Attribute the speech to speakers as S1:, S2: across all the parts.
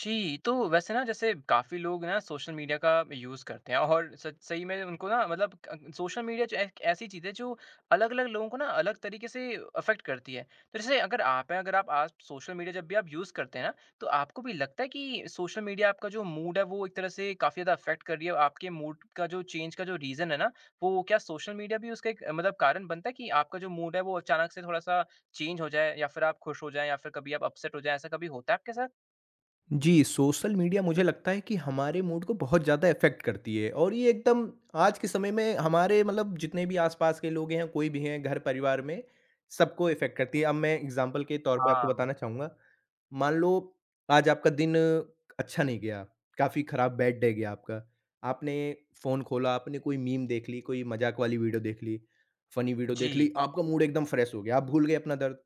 S1: जी, तो वैसे ना जैसे काफ़ी लोग ना सोशल मीडिया का यूज़ करते हैं और सच सही में उनको ना मतलब क सोशल मीडिया जो एक ऐसी चीज़ है जो अलग-अलग लोगों को ना अलग तरीके से अफ़ेक्ट करती है। तो जैसे अगर आप हैं, अगर आप आज सोशल मीडिया जब भी आप यूज़ करते हैं ना, तो आपको भी लगता है कि सोशल मीडिया आपका जो मूड है वो एक तरह से काफ़ी ज़्यादा अफ़ेक्ट कर रही है? आपके मूड का जो चेंज का जो रीज़न है ना, वो क्या सोशल मीडिया भी उसका एक मतलब कारण बनता है कि आपका जो मूड है वो अचानक से थोड़ा-सा चेंज हो जाए या फिर आप खुश हो जाएँ या फिर कभी आप अपसेट हो जाएँ, ऐसा कभी होता है आपके साथ?
S2: जी, सोशल मीडिया मुझे लगता है कि हमारे मूड को बहुत ज़्यादा इफ़ेक्ट करती है और ये एकदम आज के समय में हमारे मतलब जितने भी आस-पास के लोग हैं, कोई भी हैं, घर परिवार में सबको इफ़ेक्ट करती है। अब मैं एग्ज़ाम्पल के तौर पे
S1: हाँ।
S2: आपको बताना चाहूँगा, मान लो आज आपका दिन अच्छा नहीं गया, काफ़ी ख़राब बैड डे गया आपका। आपने फ़ोन खोला, आपने कोई मीम देख ली, कोई मज़ाक वाली वीडियो देख ली, फ़नी वीडियो देख
S1: जी,
S2: ली, आपका मूड एकदम फ्रेश हो गया, आप भूल गए अपना दर्द।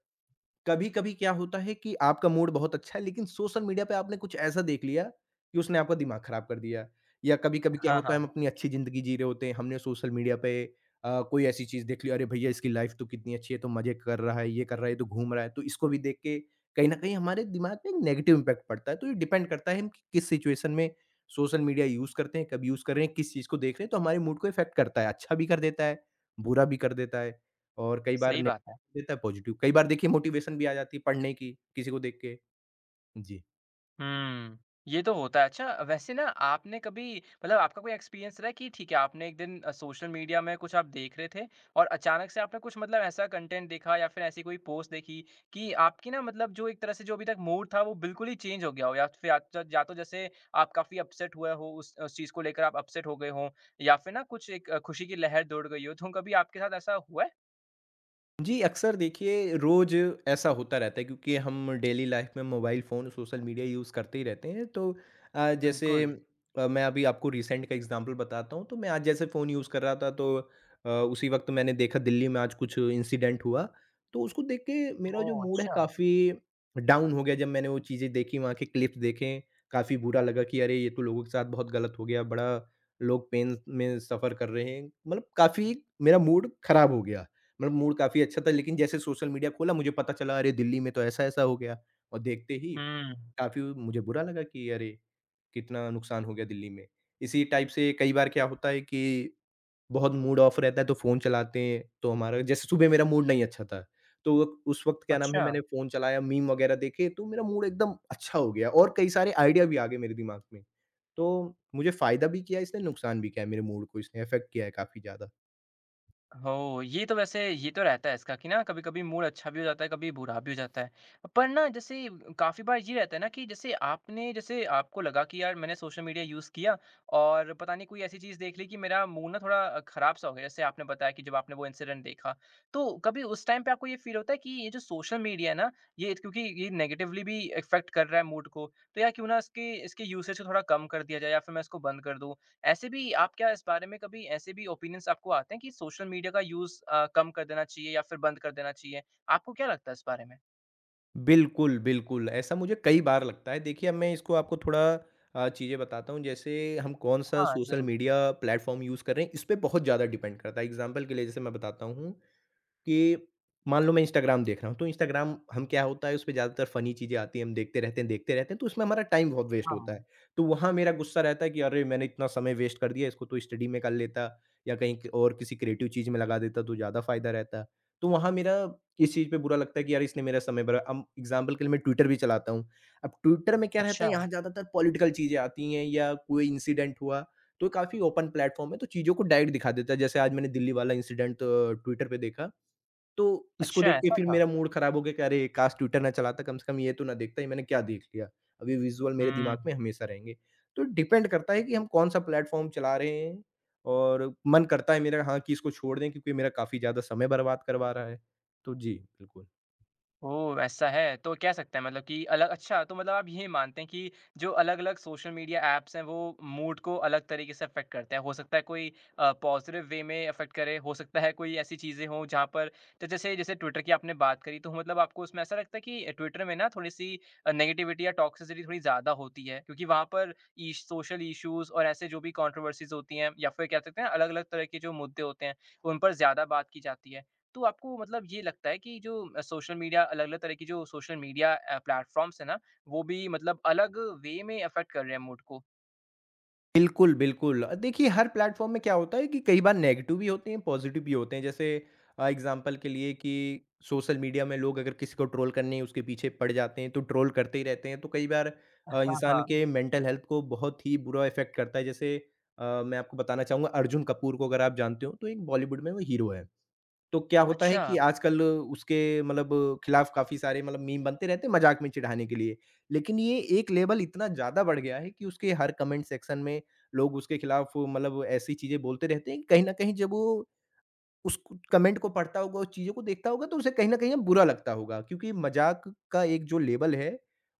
S2: कभी-कभी क्या होता है कि आपका मूड बहुत अच्छा है, लेकिन सोशल मीडिया पे आपने कुछ ऐसा देख लिया कि उसने आपका दिमाग खराब कर दिया। या कभी-कभी क्या
S1: हाँ,
S2: होता है हम
S1: हाँ,
S2: अपनी अच्छी ज़िंदगी जी रहे होते हैं, हमने सोशल मीडिया पे कोई ऐसी चीज़ देख ली, अरे भैया इसकी लाइफ़ तो कितनी अच्छी है, तो मज़े कर रहा है, ये कर रहा है, तो घूम रहा है। तो इसको भी देख के कहीं न कहीं हमारे दिमाग पे एक नेगेटिव इम्पैक्ट पड़ता है। तो ये डिपेंड करता है हम कि किस सिचुएशन में सोशल मीडिया यूज़ करते हैं, कब यूज़ कर रहे हैं, किस चीज़ को देख रहे हैं, तो हमारे मूड को इफ़ेक्ट करता है। अच्छा भी कर देता है, बुरा भी कर देता है और कई बार
S1: सही बात है।
S2: देता है पॉजिटिव। कई बार देखिए मोटिवेशन भी आ जाती है पढ़ने की, किसी को देख के। जी।
S1: हुँ, ये तो होता है। अच्छा वैसे ना आपने कभी मतलब आपका कोई एक्सपीरियंस रहा है कि ठीक है आपने एक दिन सोशल मीडिया में कुछ आप देख रहे थे और अचानक से आपने कुछ मतलब ऐसा कंटेंट देखा या फिर ऐसी कोई पोस्ट देखी कि आपकी ना मतलब जो एक तरह से जो अभी तक मूड था वो बिल्कुल ही चेंज हो गया हो या फिर या तो जैसे आप काफ़ी अपसेट हुए हो उस चीज़ को लेकर आप अपसेट हो गए हों या फिर ना कुछ एक खुशी की लहर दौड़ गई हो, तो कभी आपके साथ ऐसा हुआ है?
S2: जी, अक्सर देखिए रोज़ ऐसा होता रहता है क्योंकि हम डेली लाइफ में mobile phone, social media use करते ही रहते हैं। तो जैसे
S1: बिल्कुल।
S2: मैं अभी आपको रिसेंट का एग्ज़ाम्पल बताता हूँ। तो मैं आज जैसे फ़ोन यूज़ कर रहा था तो उसी वक़्त मैंने देखा दिल्ली में आज कुछ इंसिडेंट हुआ। तो उसको देख के मेरा जो
S1: ओह!
S2: मूड है
S1: अच्छा।
S2: काफ़ी डाउन हो गया जब मैंने वो चीज़ें देखी, वहाँ के क्लिप्स देखे। काफ़ी बुरा लगा कि अरे! ये तो लोगों के साथ बहुत गलत हो गया, बड़ा लोग पेन में सफ़र कर रहे हैं। मतलब काफ़ी मेरा मूड ख़राब हो गया। मेरा मूड काफ़ी अच्छा था लेकिन जैसे सोशल मीडिया खोला मुझे पता चला अरे दिल्ली में तो ऐसा-ऐसा हो गया और देखते ही
S1: हुँ,
S2: काफ़ी मुझे बुरा लगा कि अरे! कितना नुकसान हो गया दिल्ली में। इसी टाइप से कई बार क्या होता है कि बहुत मूड ऑफ रहता है तो फ़ोन चलाते हैं तो हमारा जैसे सुबह मेरा मूड नहीं अच्छा था। तो उस वक़्त क्या नाम है
S1: अच्छा।
S2: मैंने फ़ोन चलाया मीम वगैरह देखे तो मेरा मूड एकदम अच्छा हो गया और कई सारे आइडिया भी आ गए मेरे दिमाग में। तो मुझे फ़ायदा भी किया है इसने नुकसान भी किया है मेरे मूड को इसने अफ़ेक्ट किया है काफ़ी ज़्यादा।
S1: हो, ये तो वैसे ये तो रहता है इसका कि ना कभी-कभी मूड अच्छा भी हो जाता है, कभी बुरा भी हो जाता है। पर ना जैसे काफ़ी बार ये रहता है ना कि जैसे आपने जैसे आपको लगा कि यार मैंने सोशल मीडिया यूज़ किया और पता नहीं कोई ऐसी चीज़ देख ली कि मेरा मूड ना थोड़ा ख़राब-सा हो गया। जैसे आपने बताया कि जब आपने वो इंसिडेंट देखा, तो कभी उस टाइम पे आपको ये फ़ील होता है कि ये जो सोशल मीडिया है ना, ये क्योंकि ये नेगेटिवली भी इफ़ेक्ट कर रहा है मूड को, तो यार क्यों ना इसके इसके यूसेज को थोड़ा कम कर दिया जाए या फिर मैं इसको बंद कर दूँ? ऐसे भी आप क्या इस बारे में कभी ऐसे भी ओपिनियंस आपको आते हैं कि सोशल मीडिया का यूज़ कम कर देना चाहिए या फिर बंद कर देना चाहिए? आपको क्या लगता है इस बारे में?
S2: बिल्कुल, बिल्कुल, ऐसा मुझे कई बार लगता है। देखिए, अब मैं इसको आपको थोड़ा चीज़ें बताता हूँ, जैसे हम कौन-सा
S1: हाँ,
S2: सोशल
S1: ज़रूर।
S2: मीडिया प्लेटफ़ॉर्म यूज़ कर रहे हैं, इस पे बहुत ज़्यादा डिपेंड करता है। एग्ज़ाम्पल के लिए जैसे मैं बताता हूँ कि मान लो मैं इंस्टाग्राम देख रहा हूँ, तो इंस्टाग्राम हम क्या होता है, उसपे ज़्यादातर फ़नी चीज़ें आती हैं, हम देखते रहते हैं, तो उसमें हमारा टाइम बहुत वेस्ट होता
S1: हाँ।
S2: है। तो वहाँ मेरा गुस्सा रहता है कि अरे! मैंने इतना समय वेस्ट कर दिया, इसको तो स्टडी में कर लेता या कहीं क और किसी क्रिएटिव चीज़ में लगा देता तो ज़्यादा फ़ायदा रहता। तो वहाँ मेरा इस चीज़ पे बुरा लगता है कि यार इसने मेरा समय बरा अब एग्ज़ाम्पल के लिए मैं ट्विटर भी चलाता हूँ। अब ट्विटर में क्या रहता
S1: अच्छा।
S2: है, यहाँ ज़्यादातर पॉलिटिकल चीज़ें आती हैं या कोई इंसिडेंट हुआ, तो काफ़ी ओपन प्लेटफ़ॉर्म है, तो चीज़ों को डायरेक्ट दिखा देता है। जैसे आज मैंने दिल्ली वाला इंसिडेंट ट्विटर पे देखा तो इसको
S1: अच्छा,
S2: देख के
S1: ऐसा
S2: फिर
S1: था?
S2: मेरा मूड खराब हो गया कि अरे! काश ट्विटर ना चलाता, कम से कम ये तो ना देखता, ये मैंने क्या देख लिया। अब ये विज़ुअल मेरे
S1: हुँ।
S2: दिमाग में हमेशा रहेंगे। तो डिपेंड करता है कि हम कौन-सा प्लेटफ़ॉर्म चला रहे हैं और मन करता है मेरा हाँ, कि इसको छोड़ दें क्योंकि मेरा काफ़ी ज़्यादा समय बर्बाद करवा रहा है। तो जी, बिल्कुल।
S1: ओह! ऐसा है, तो कह सकते हैं मतलब कि अलग अच्छा तो मतलब आप ये मानते हैं कि जो अलग-अलग सोशल मीडिया ऐप्स हैं वो मूड को अलग तरीके से अफ़ेक्ट करते हैं। हो सकता है कोई पॉज़िटिव वे में अफ़ेक्ट करे, हो सकता है कोई ऐसी चीज़ें हों जहाँ पर तो जैसे जैसे ट्विटर की आपने बात करी तो मतलब आपको उसमें ऐसा लगता है कि ट्विटर में ना थोड़ी-सी नेगेटिविटी या टॉक्सिसिटी थोड़ी ज़्यादा होती है क्योंकि वहाँ पर इश सोशल इश्यूज़ और ऐसे जो भी कंट्रोवर्सीज़ होती हैं या फिर कह सकते हैं अलग-अलग तरह के जो मुद्दे होते हैं, उन पर ज़्यादा बात की जाती है। तो आपको मतलब ये लगता है कि जो सोशल मीडिया अलग-अलग तरह की जो सोशल मीडिया प्लेटफ़ॉर्म्स है ना, वो भी मतलब अलग वे में अफ़ेक्ट कर रहे हैं मूड को?
S2: बिल्कुल, बिल्कुल। देखिए हर प्लेटफ़ॉर्म में क्या होता है कि कई बार नेगेटिव भी होते हैं, पॉज़िटिव भी होते हैं। जैसे एग्ज़ाम्पल के लिए कि सोशल मीडिया में लोग अगर किसी को ट्रोल करने उसके पीछे पड़ जाते हैं, तो ट्रोल करते ही रहते हैं। तो कई बार
S1: हाँ,
S2: इंसान
S1: हाँ।
S2: के मेंटल हेल्थ को बहुत ही बुरा इफ़ेक्ट करता है। जैसे मैं आपको बताना चाहूँगा अर्जुन कपूर को अगर आप जानते हो, तो एक बॉलीवुड में वो हीरो है। तो क्या होता है
S1: अच्छा,
S2: कि आजकल उसके मतलब खिलाफ काफ़ी सारे मतलब मीम बनते रहते हैं मज़ाक में चिढ़ाने के लिए। लेकिन ये एक लेवल इतना ज़्यादा बढ़ गया है कि उसके हर कमेंट सेक्शन में लोग उसके खिलाफ मतलब ऐसी चीज़ें बोलते रहते हैं, कहीं न कहीं जब वो उस कु कमेंट को पढ़ता होगा, उस चीज़ों को देखता होगा तो उसे कहीं न कहीं अब बुरा लगता होगा क्योंकि मज़ाक का एक जो लेवल है,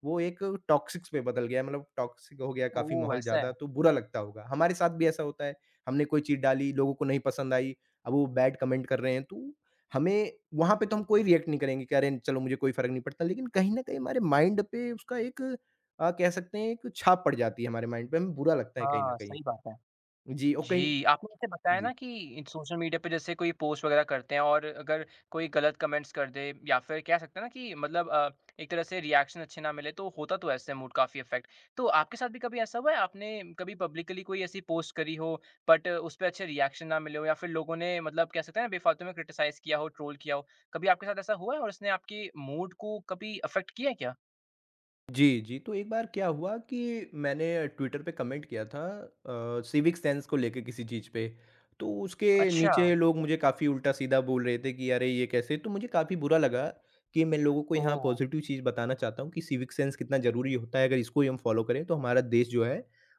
S2: वो एक टॉक्सिक्स में बदल गया है, मतलब टॉक्सिक हो गया काफ़ी
S1: ओह!
S2: माहौल
S1: ऐसा
S2: ज़्यादा
S1: है।
S2: तो बुरा लगता होगा। हमारे साथ भी ऐसा होता है, हमने कोई चीज़ डाली, लोगों को नहीं पसंद आई, अब वो बैड कमेंट कर रहे हैं, तो हमें वहाँ पे तो हम कोई रिएक्ट नहीं करेंगे कि अरे चलो मुझे कोई फ़र्क नहीं पड़ता, लेकिन कहीं न कहीं हमारे माइंड पे उसका एक कह सकते हैं एक छाप पड़ जाती है हमारे माइंड पे, हमें बुरा लगता है कहीं न
S1: हाँ, सही
S2: कहीं।
S1: बात है।
S2: जी और कहीं
S1: जी, आपने जैसे बताया ना
S2: जी।
S1: कि सोशल मीडिया पे जैसे कोई पोस्ट वगैरह करते हैं और अगर कोई गलत कमेंट्स कर दे या फिर कह सकते हैं ना कि मतलब एक तरह से रिएक्शन अच्छे ना मिले तो होता तो है इससे मूड काफ़ी इफ़ेक्ट। तो आपके साथ भी कभी ऐसा हुआ है आपने कभी पब्लिकली कोई ऐसी पोस्ट करी हो बट उस पे अच्छे रिएक्शन ना मिले हो या फिर लोगों ने मतलब कह सकते हैं ना बेफ़ालतू में क्रिटिसाइज़ किया हो, ट्रोल किया हो। कभी आपके साथ ऐसा हुआ है और इसने आपके मूड को कभी अफ़ेक्ट किया है क्या?
S2: जी, जी। तो एक बार क्या हुआ कि मैंने ट्विटर पे कमेंट किया था सिविक सेंस को लेके किसी चीज़ पे। तो उसके
S1: अच्छा।
S2: नीचे लोग मुझे काफ़ी उल्टा-सीधा बोल रहे थे कि अरे ये कैसे? तो मुझे काफ़ी बुरा लगा कि मैं लोगों को यहाँ
S1: ओह!
S2: पॉज़िटिव चीज़ बताना चाहता हूँ कि सिविक सेंस कितना ज़रूरी होता है। अगर इसको ही हम फ़ॉलो करें तो हमारा देश जो है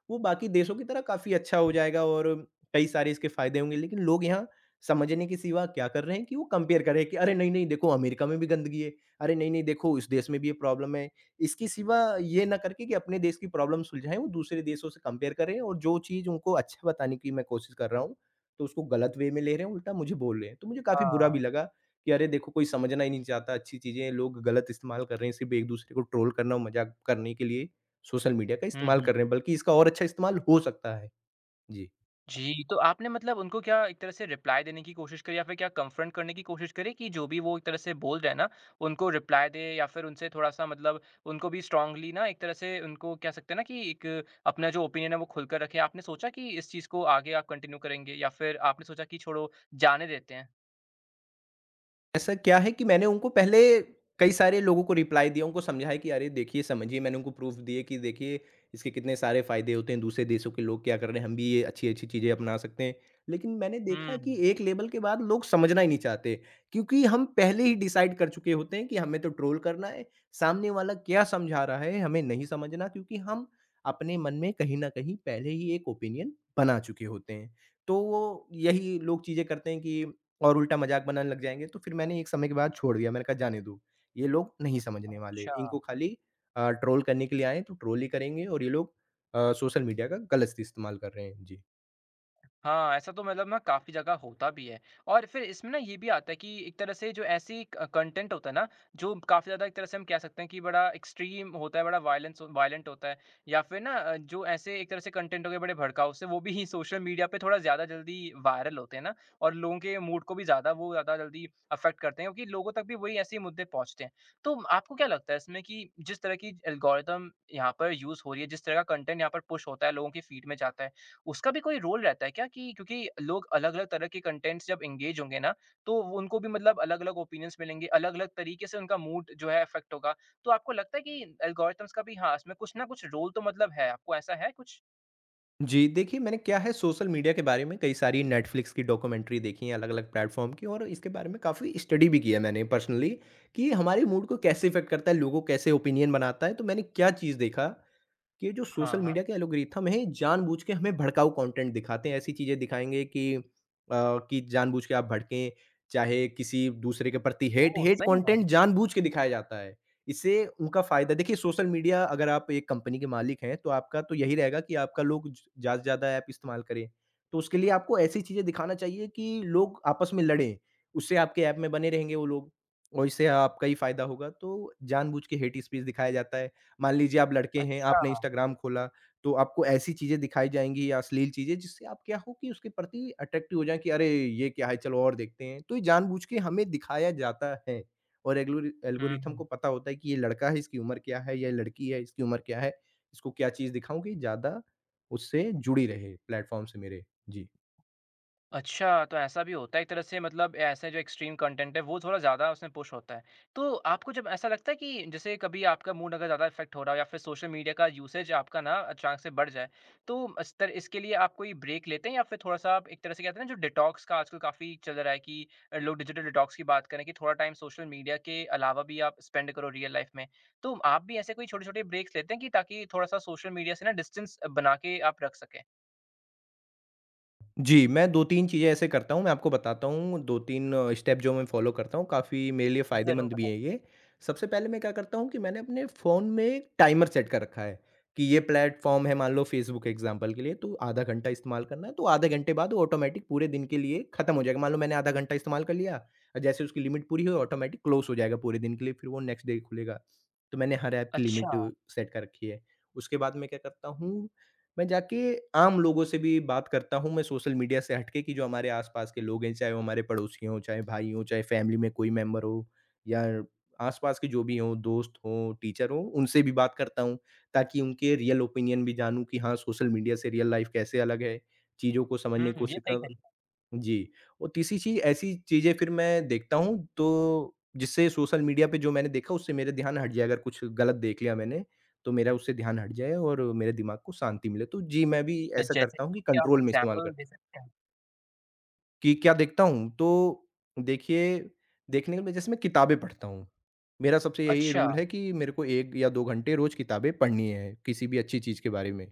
S2: वो बाकी देशों की तरह काफ़ी अच्छा हो जाएगा और कई सारे इसके फ़ायदे होंगे। लेकिन लोग यहाँ समझने के सिवा क्या कर रहे हैं कि वो कंपेयर कर रहे हैं कि अरे नहीं, नहीं देखो अमेरिका में भी गंदगी है। अरे नहीं, नहीं देखो इस देश में भी ये प्रॉब्लम है। इसकी सिवा ये ना करके कि अपने देश की प्रॉब्लम सुलझाएँ, वो दूसरे देशों से कंपेयर करें, और जो चीज़ उनको अच्छा बताने की मैं कोशिश कर रहा हूँ, तो उसको गलत वे में ले रहे हैं, उल्टा मुझे बोल रहे हैं। तो मुझे काफ़ी बुरा भी
S1: हाँ।
S2: लगा कि अरे देखो कोई समझना ही नहीं चाहता अच्छी चीज़ें, लोग गलत इस्तेमाल कर रहे हैं, सिर्फ़ एक-दूसरे को ट्रोल करना और मज़ाक करने के लिए सोशल मीडिया का
S1: हुँ,
S2: इस्तेमाल
S1: हुँ।
S2: कर रहे हैं, बल्कि इसका और अच्छा इस्तेमाल हो सकता है। जी।
S1: जी, तो आपने मतलब उनको क्या एक तरह से रिप्लाई देने की कोशिश करी या फिर क्या कन्फ्रंट करने की कोशिश करी कि जो भी वो एक तरह से बोल रहे हैं ना, उनको रिप्लाई दें या फिर उनसे थोड़ा-सा मतलब उनको भी स्ट्रॉन्गली ना एक तरह से उनको कह सकते हैं ना कि एक अपना जो ओपिनियन है वो खुलकर रखें। आपने सोचा कि इस चीज़ को आगे आप कंटिन्यू करेंगे या फिर आपने सोचा कि छोड़ो जाने देते हैं?
S2: ऐसा क्या है कि मैंने उनको पहले कई सारे लोगों को रिप्लाई दिया, उनको समझाया कि अरे देखिए, समझिए, मैंने उनको प्रूफ़ दिए कि देखिए इसके कितने सारे फ़ायदे होते हैं, दूसरे देशों के लोग क्या कर रहे हैं, हम भी ये अच्छी-अच्छी चीज़ें अपना सकते हैं। लेकिन मैंने देखा
S1: हुँ,
S2: कि एक लेवल के बाद लोग समझना ही नहीं चाहते, क्योंकि हम पहले ही डिसाइड कर चुके होते हैं कि हमें तो ट्रोल करना है, सामने वाला क्या समझा रहा है हमें नहीं समझना, क्योंकि हम अपने मन में कहीं न कहीं पहले ही एक ओपिनियन बना चुके होते हैं। तो वो यही लोग चीज़ें करते हैं कि और उल्टा मज़ाक बनाने लग जाएँगे, तो फिर मैंने एक समय के बाद छोड़ दिया, मैंने कहा जाने दो, ये लोग नहीं समझने वाले,
S1: अच्छा।
S2: इनको खाली ट्रोल करने के लिए आए हैं, तो ट्रोल ही करेंगे, और ये लोग सोशल मीडिया का गलत इस्तेमाल कर रहे हैं। जी।
S1: हाँ, ऐसा तो मतलब ना काफ़ी जगह होता भी है और फिर इसमें ना ये भी आता है कि एक तरह से जो ऐसी क कंटेंट होता है ना, जो काफ़ी ज़्यादा एक तरह से हम कह सकते हैं कि बड़ा एक्सट्रीम होता है, बड़ा वायलेंस वायलेंट होता है या फिर ना जो ऐसे एक तरह से कंटेंट हो गए बड़े भड़काऊ से, वो भी सोशल मीडिया पे थोड़ा ज़्यादा जल्दी वायरल होते हैं ना और लोगों के मूड को भी ज़्यादा जल्दी अफ़ेक्ट करते हैं क्योंकि लोगों तक भी वही ऐसे ही मुद्दे पहुँचते हैं। तो आपको क्या लगता है इसमें कि जिस तरह की एल्गोरिदम यहाँ पर यूज़ हो रही है, जिस तरह का कंटेंट यहाँ पर पुश होता है, लोगों की फ़ीड में जाता है उसका भी कोई रोल रहता है क्या कि क्योंकि लोग अलग-अलग तरह के कंटेंट्स जब एंगेज होंगे ना, तो वो उनको भी मतलब अलग-अलग ओपिनियंस मिलेंगे, अलग-अलग तरीके से उनका मूड जो है अफेक्ट होगा। तो आपको लगता है कि एल्गोरिथम्स का भी हाँ, इसमें कुछ ना कुछ रोल तो मतलब है, आपको ऐसा है कुछ?
S2: जी, देखिए मैंने क्या है सोशल मीडिया के बारे में कई सारी नेटफ्लिक्स की डॉक्यूमेंट्री देखी है अलग-अलग प्लेटफ़ॉर्म की, और इसके बारे में काफ़ी स्टडी भी की है मैंने पर्सनली कि हमारे मूड को कैसे इफ़ेक्ट करता है, लोगों को कैसे ओपिनियन बनाता है, तो मैंने क्या चीज़ देखा कि जो सोशल
S1: हाँ,
S2: मीडिया
S1: हाँ।
S2: के एल्गोरिथम है जानबूझ के हमें भड़काऊ कंटेंट दिखाते हैं। ऐसी चीज़ें दिखाएँगे कि कि जानबूझ के आप भड़कें, चाहे किसी दूसरे के प्रति हेट
S1: ओह!
S2: हेट
S1: सही में?
S2: कंटेंट जानबूझ के दिखाया जाता है। इससे उनका फ़ायदा देखिए, सोशल मीडिया अगर आप एक कंपनी के मालिक हैं, तो आपका तो यही रहेगा कि आपका लोग ज ज़्यादा से ज़्यादा ऐप इस्तेमाल करें। तो उसके लिए आपको ऐसी चीज़ें दिखाना चाहिए कि लोग आपस में लड़ें, उससे आपके ऐप में बने रहेंगे वो लोग और इससे आपका ही फ़ायदा होगा। तो जानबूझ के हेट स्पीच दिखाया जाता है। मान लीजिए आप लड़के हैं,
S1: अच्छा।
S2: आपने इंस्टाग्राम खोला, तो आपको ऐसी चीज़ें दिखाई जाएँगी या अश्लील चीज़ें जिससे आप क्या हो कि उसके प्रति अट्रैक्टिव हो जाएँ कि अरे! ये क्या है चलो और देखते हैं। तो ये जानबूझ के हमें दिखाया जाता है और एल्गोरि
S1: हुँ।
S2: एल्गोरिथम को पता होता है कि ये लड़का है, इसकी उम्र क्या है, ये लड़की है, इसकी उम्र क्या है, इसको क्या चीज़ दिखाऊँ कि ज़्यादा उससे जुड़ी रहे प्लेटफ़ॉर्म से मेरे। जी।
S1: अच्छा, तो ऐसा भी होता है एक तरह से मतलब ऐसे जो एक्सट्रीम कंटेंट है वो थोड़ा ज़्यादा उसमें पुश होता है। तो आपको जब ऐसा लगता है कि जैसे कभी आपका मूड अगर ज़्यादा इफ़ेक्ट हो रहा हो या फिर सोशल मीडिया का यूसेज आपका ना अचानक से बढ़ जाए, तो इस तर इसके लिए आप कोई ब्रेक लेते हैं या फिर थोड़ा-सा आप एक तरह से कहते हैं ना जो डिटॉक्स का आजकल काफ़ी चल रहा है कि लोग डिजिटल डिटॉक्स की बात करें कि थोड़ा टाइम सोशल मीडिया के अलावा भी आप स्पेंड करो रियल लाइफ़ में। तो आप भी ऐसे कोई छोटे-छोटे ब्रेक्स लेते हैं कि ताकि थोड़ा-सा सोशल मीडिया से ना डिस्टेंस बना के आप रख सकें?
S2: जी, मैं 2-3 चीज़ें ऐसे करता हूँ, मैं आपको बताता हूँ 2-3 स्टेप जो मैं फ़ॉलो करता हूँ, काफ़ी मेरे लिए फ़ायदेमंद
S1: ज़रूर
S2: भी
S1: है।
S2: हैं ये। सबसे पहले मैं क्या करता हूँ कि मैंने अपने फ़ोन में एक टाइमर सेट कर रखा है कि ये प्लेटफ़ॉर्म है मान लो फ़ेसबुक एग्ज़ाम्पल के लिए तो आधा घंटा इस्तेमाल करना है, तो आधे घंटे बाद वो ऑटोमैटिक पूरे दिन के लिए ख़त्म हो जाएगा। मान लो मैंने आधा घंटा इस्तेमाल कर लिया और जैसे उसकी लिमिट पूरी हुई ऑटोमैटिक क्लोज़ हो जाएगा पूरे दिन के लिए, फिर वो नेक्स्ट डे खुलेगा। तो मैंने हर ऐप की
S1: अच्छा।
S2: लिमिट सेट कर रखी है। उसके बाद मैं क्या करता हूँ मैं जाके आम लोगों से भी बात करता हूँ, मैं सोशल मीडिया से हट के कि जो हमारे आस-पास के लोग हैं, चाहे वो हमारे पड़ोसी हों, चाहे भाई हों, चाहे फैमिली में कोई मेंबर हो या आस-पास के जो भी हों, दोस्त हों, टीचर हों, उनसे भी बात करता हूँ, ताकि उनके रियल ओपिनियन भी जानूँ कि हाँ, सोशल मीडिया से रियल लाइफ कैसे अलग है, चीज़ों को
S1: हुँ,
S2: समझने की
S1: ये
S2: कोशिश
S1: सही
S2: कर
S1: तरी
S2: जी, और तीसरी चीज़ ऐसी चीज़ें फिर मैं देखता हूँ तो जिससे सोशल मीडिया पे जो मैंने देखा उससे मेरा ध्यान हट जाए, अगर कुछ गलत देख लिया मैंने, तो मेरा उससे ध्यान हट जाए और मेरे दिमाग को शांति मिले। तो जी, मैं भी
S1: तो
S2: ऐसा
S1: जैसे
S2: करता हूँ कि
S1: कि आप
S2: कंट्रोल में इस्तेमाल
S1: एग्ज़ाम्पल
S2: करता
S1: दे
S2: हूँ,
S1: सकते हैं?
S2: कि क्या देखता हूँ तो देखिए, देखने में जैसे मैं किताबें पढ़ता हूँ, मेरा सबसे यही
S1: अच्छा।
S2: रूल है कि मेरे को 1 या 2 घंटे रोज़ किताबें पढ़नी है, किसी भी अच्छी चीज़ के बारे में।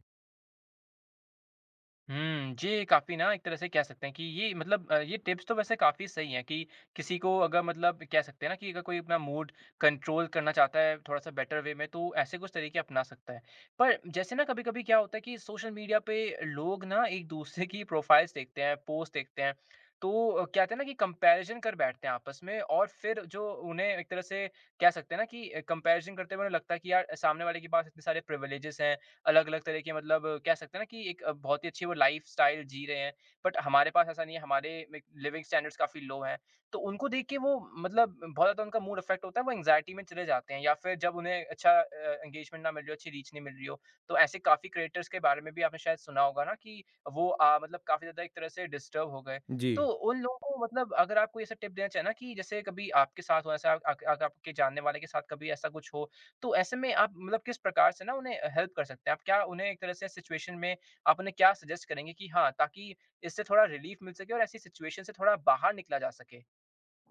S1: हुँ, जी, काफ़ी ना एक तरह से कह सकते हैं कि ये मतलब ये टिप्स तो वैसे काफ़ी सही हैं कि किसी को अगर मतलब कह सकते हैं ना कि अगर कोई अपना मूड कंट्रोल करना चाहता है थोड़ा-सा बेटर वे में, तो ऐसे कुछ तरीके अपना सकता है। पर जैसे ना कभी-कभी क्या होता है कि सोशल मीडिया पे लोग ना एक-दूसरे की प्रोफाइल्स देखते हैं, पोस्ट देखते हैं, तो क्या कहते हैं ना कि कंपैरिज़न कर बैठते हैं आपस में और फिर जो उन्हें एक तरह से कह सकते हैं ना कि कंपैरिज़न करते हुए उन्हें लगता है कि यार सामने वाले के पास इतने सारे प्रिविलेजेस हैं अलग-अलग तरह के मतलब कह सकते हैं ना कि एक बहुत ही अच्छी वो लाइफ़स्टाइल जी रहे हैं, बट हमारे पास ऐसा नहीं है, हमारे लाइक लिविंग स्टैंडर्ड्स काफ़ी लो हैं। तो उनको देख के वो मतलब बहुत ज़्यादा उनका मूड अफ़ेक्ट होता है, वो एंग्ज़ायटी में चले जाते हैं या फिर जब उन्हें अच्छा एंगेजमेंट ना मिल रही हो, अच्छी रीच नहीं मिल रही हो, तो ऐसे काफ़ी क्रिएटर्स के बारे में भी आपने शायद सुना होगा ना कि वो मतलब काफ़ी ज़्यादा एक तरह से डिस्टर्ब हो गए।
S2: जी।
S1: तो उन लोगों को मतलब अगर आप कोई ऐसा टिप देना चाहें ना कि जैसे कभी आपके साथ हुआ, ऐसा अग अग आपके जानने वाले के साथ कभी ऐसा कुछ हो तो ऐसे में आप मतलब किस प्रकार से ना उन्हें हेल्प कर सकते हैं? आप क्या उन्हें एक तरह से सिचुएशन में आप उन्हें क्या सजेस्ट करेंगे कि हाँ, ताकि इससे थोड़ा रिलीफ़ मिल सके और ऐसी सिचुएशन से थोड़ा बाहर निकला जा सके?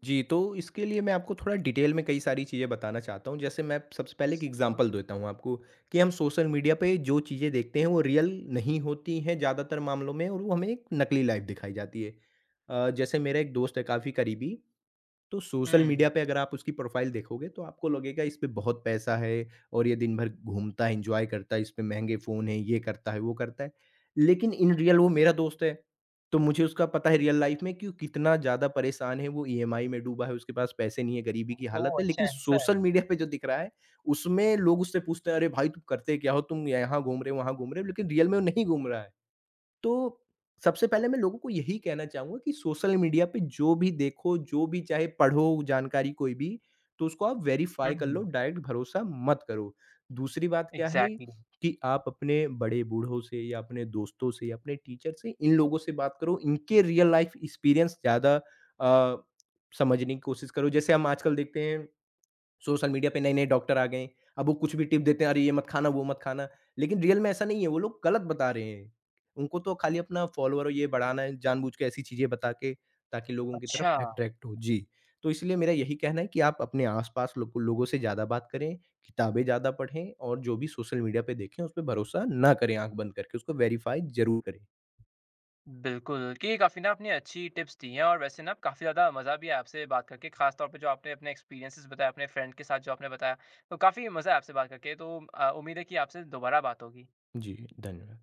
S2: जी, तो इसके लिए मैं आपको थोड़ा डिटेल में कई सारी चीज़ें बताना चाहता हूँ। जैसे मैं सबसे पहले एक एग्ज़ाम्पल देता हूँ आपको कि हम सोशल मीडिया पे जो चीज़ें देखते हैं वो रियल नहीं होती हैं ज़्यादातर मामलों में और वो हमें एक नकली लाइफ़ दिखाई जाती है। जैसे मेरा एक दोस्त है काफ़ी करीबी तो सोशल मीडिया
S1: हुँ।
S2: पे अगर आप उसकी प्रोफ़ाइल देखोगे तो आपको लगेगा इस पे बहुत पैसा है और ये दिन भर घूमता है, एन्जॉय करता है, इस पे महँगे फ़ोन है, ये करता है, वो करता है। लेकिन इन रियल वो मेरा दोस्त है, तो मुझे उसका पता है रियल लाइफ़ में कि वो कितना ज़्यादा परेशान है, वो ईएमआई में डूबा है, उसके पास पैसे नहीं है, गरीबी की हालत
S1: ओह!
S2: है।
S1: अच्छा
S2: लेकिन
S1: ऐसा है।
S2: सोशल मीडिया पे जो दिख रहा है, उसमें लोग उससे पूछते हैं, "अरे भाई तुम करते क्या हो? तुम यहाँ घूम रहे हो, वहाँ घूम रहे हो।" लेकिन रियल में वो नहीं घूम रहा है। तो सबसे पहले मैं लोगों को यही कहना चाहूँगा कि सोशल मीडिया पे जो भी देखो, जो भी चाहे पढ़ो जानकारी कोई भी, तो उसको आप
S1: हुँ,
S2: वेरीफ़ाई कर
S1: हुँ।
S2: लो, डायरेक्ट भरोसा मत करो। दूसरी बात क्या है
S1: एग्ज़ैक्टली।
S2: कि आप अपने बड़े-बूढ़ों से या अपने दोस्तों से या अपने टीचर से, इन लोगों से बात करो, इनके रियल लाइफ़ एक्सपीरियंस ज़्यादा अ, समझने की कोशिश करो। जैसे हम आजकल देखते हैं सोशल मीडिया पे नए-नए डॉक्टर आ गए हैं। अब वो कुछ भी टिप देते हैं, "अरे! ये मत खाना, वो मत खाना।" लेकिन रियल में ऐसा नहीं है, वो लोग गलत बता रहे हैं। उनको तो खाली अपना फॉलोवर और ये बढ़ाना है जानबूझ के ऐसी चीज़ें बता के ताकि लोगों की तरफ
S1: अच्छा,
S2: अट्रैक्ट हो। जी, तो इसलिए मेरा यही कहना है कि आप अपने आस-पास लोगों से ज़्यादा बात करें, किताबें ज़्यादा पढ़ें और जो भी सोशल मीडिया पे देखें, उस पे भरोसा ना करें आँख बंद करके, उसको वेरीफाई ज़रूर करें।
S1: बिल्कुल। कि ये काफ़ी ना आपने अच्छी टिप्स दी हैं और वैसे ना काफ़ी ज़्यादा मज़ा भी आया आपसे बात करके, ख़ास तौर पे जो आपने अपने एक्सपीरियंसेस बताए, अपने फ्रेंड के साथ जो आपने बताया, तो काफ़ी मज़ा आया आपसे बात करके। तो उम्मीद है कि आपसे दोबारा बात होगी।
S2: जी, धन्यवाद।